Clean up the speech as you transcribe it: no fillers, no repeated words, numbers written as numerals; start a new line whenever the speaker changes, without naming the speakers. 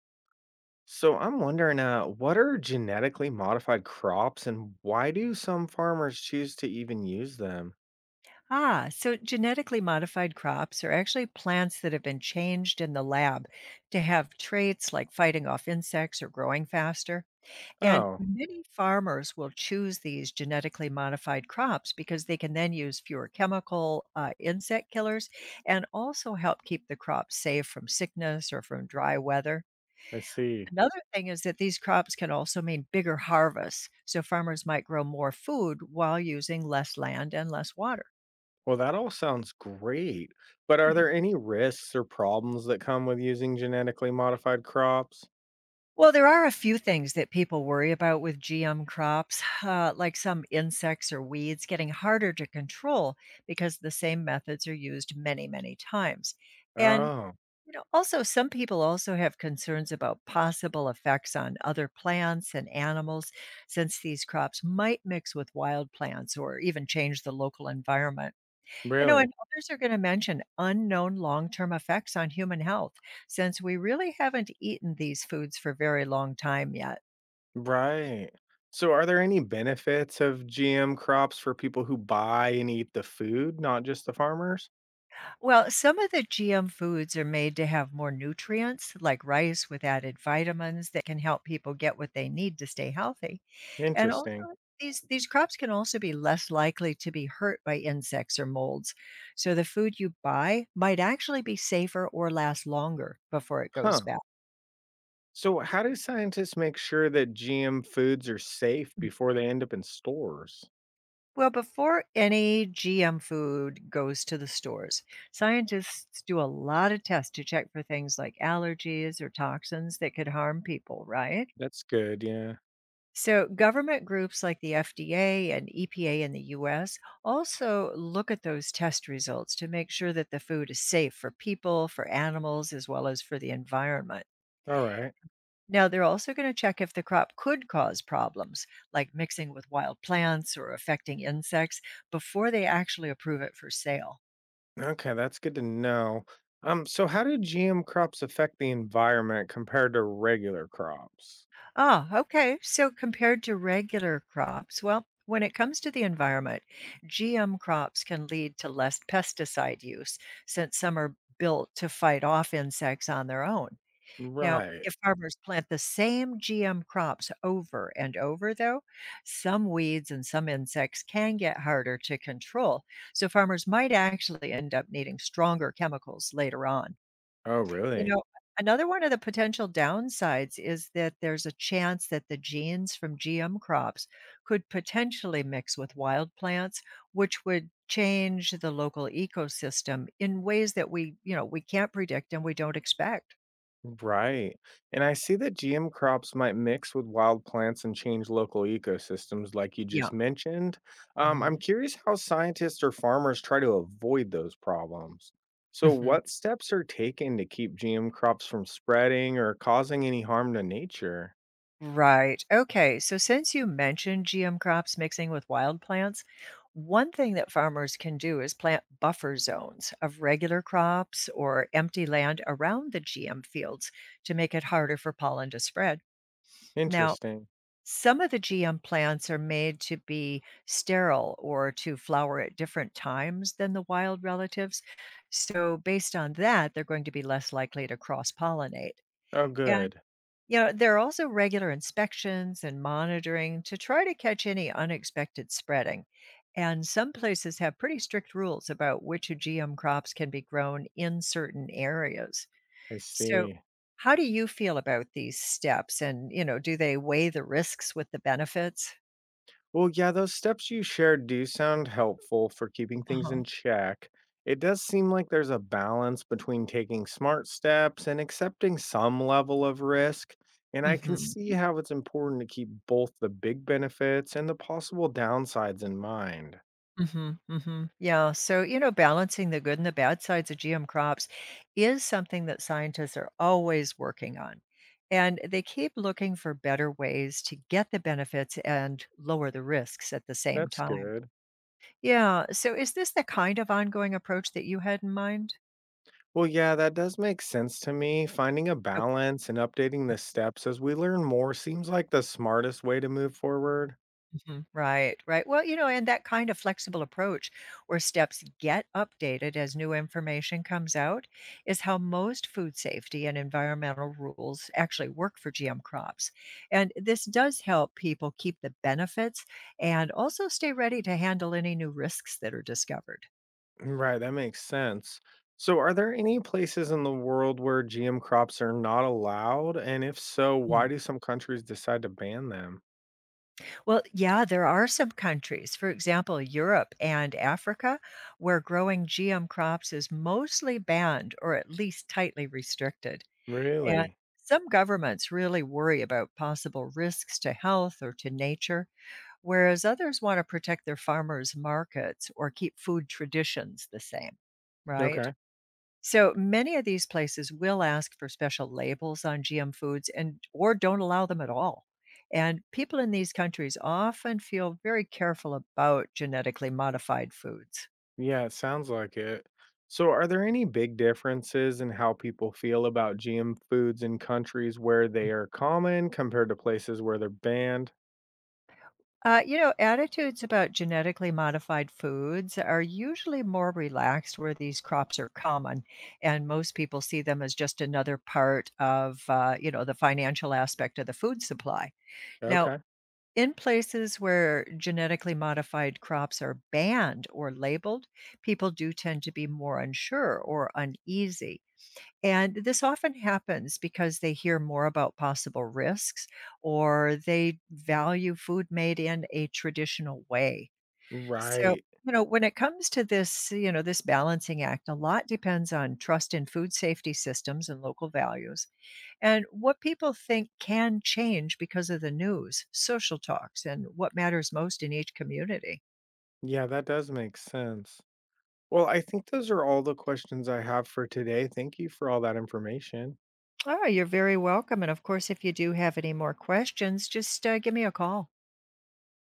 So I'm wondering, what are genetically modified crops and why do some farmers choose to even use them?
Ah, so genetically modified crops are actually plants that have been changed in the lab to have traits like fighting off insects or growing faster. And
Oh,
many farmers will choose these genetically modified crops because they can then use fewer chemical insect killers and also help keep the crop safe from sickness or from dry weather.
I see.
Another thing is that these crops can also mean bigger harvests. So farmers might grow more food while using less land and less water.
Well, that all sounds great. But are
Hmm.
there any risks or problems that come with using genetically modified crops?
Well, there are a few things that people worry about with GM crops, like some insects or weeds getting harder to control because the same methods are used many, many times. And
Oh,
also some people also have concerns about possible effects on other plants and animals since these crops might mix with wild plants or even change the local environment. I know,
really?
and others are gonna mention unknown long-term effects on human health, since we really haven't eaten these foods for very long time yet.
Right. So are there any benefits of GM crops for people who buy and eat the food, not just the farmers?
Well, some of the GM foods are made to have more nutrients, like rice with added vitamins that can help people get what they need to stay healthy. And also,
Interesting.
these crops can also be less likely to be hurt by insects or molds. So the food you buy might actually be safer or last longer before it goes
Huh.
bad.
So, how do scientists make sure that GM foods are safe before they end up in stores?
Well, before any GM food goes to the stores, scientists do a lot of tests to check for things like allergies or toxins that could harm people, right?
That's good. Yeah.
So, government groups like the FDA and EPA in the US also look at those test results to make sure that the food is safe for people, for animals, as well as for the environment.
All right.
Now, they're also going to check if the crop could cause problems, like mixing with wild plants or affecting insects, before they actually approve it for sale.
Okay. That's good to know. So how do GM crops affect the environment compared to regular crops?
Ah, okay. So, compared to regular crops, well, when it comes to the environment, GM crops can lead to less pesticide use since some are built to fight off insects on their own. Now,
Right.
if farmers plant the same GM crops over and over, though, some weeds and some insects can get harder to control. So, farmers might actually end up needing stronger chemicals later on.
Oh,
You
really?
know, another one of the potential downsides is that there's a chance that the genes from GM crops could potentially mix with wild plants, which would change the local ecosystem in ways that we, we can't predict and we don't expect.
Right. And I see that GM crops might mix with wild plants and change local ecosystems, like you
Yeah.
just mentioned. I'm
Mhm.
curious how scientists or farmers try to avoid those problems. So,
Mhm.
what steps are taken to keep GM crops from spreading or causing any harm to nature?
Right. Okay. So, since you mentioned GM crops mixing with wild plants, one thing that farmers can do is plant buffer zones of regular crops or empty land around the GM fields to make it harder for pollen to spread. Now,
Interesting.
some of the GM plants are made to be sterile or to flower at different times than the wild relatives. So, based on that, they're going to be less likely to cross pollinate.
Oh, good.
You know, there are also regular inspections and monitoring to try to catch any unexpected spreading. And some places have pretty strict rules about which GM crops can be grown in certain areas.
I
So,
see.
how do you feel about these steps? And, do they weigh the risks with the benefits?
Well, yeah, those steps you shared do sound helpful for keeping things
Uh-huh.
in check. It does seem like there's a balance between taking smart steps and accepting some level of risk. And I can
Hmm.
see how it's important to keep both the big benefits and the possible downsides in mind.
Mhm, mhm. Yeah, so, balancing the good and the bad sides of GM crops is something that scientists are always working on. And they keep looking for better ways to get the benefits and lower the risks at the same
That's
time.
good.
Yeah, so is this the kind of ongoing approach that you had in mind?
Well, yeah, that does make sense to me. Finding a balance and updating the steps as we learn more seems like the smartest way to move forward.
Mhm. Right, right. Well, and that kind of flexible approach where steps get updated as new information comes out is how most food safety and environmental rules actually work for GM crops. And this does help people keep the benefits and also stay ready to handle any new risks that are discovered.
Right, that makes sense. So, are there any places in the world where GM crops are not allowed? And if so,
Mm.
why do some countries decide to ban them?
Well, yeah, there are some countries, for example, Europe and Africa, where growing GM crops is mostly banned or at least tightly restricted. And
Really?
some governments really worry about possible risks to health or to nature, whereas others want to protect their farmers' markets or keep food traditions the same, right?
Okay.
So many of these places will ask for special labels on GM foods and or don't allow them at all. And people in these countries often feel very careful about genetically modified foods.
Yeah, it sounds like it. So, are there any big differences in how people feel about GM foods in countries where they are common compared to places where they're banned?
Attitudes about genetically modified foods are usually more relaxed where these crops are common, and most people see them as just another part of, the financial aspect of the food supply. Now,
Okay.
in places where genetically modified crops are banned or labeled, people do tend to be more unsure or uneasy. And this often happens because they hear more about possible risks or they value food made in a traditional way. So,
Right.
when it comes to this, this balancing act, a lot depends on trust in food safety systems and local values and what people think can change because of the news, social talks, and what matters most in each community.
Yeah, that does make sense. Well, I think those are all the questions I have for today. Thank you for all that information.
Oh, you're very welcome. And of course, if you do have any more questions, just give me a call.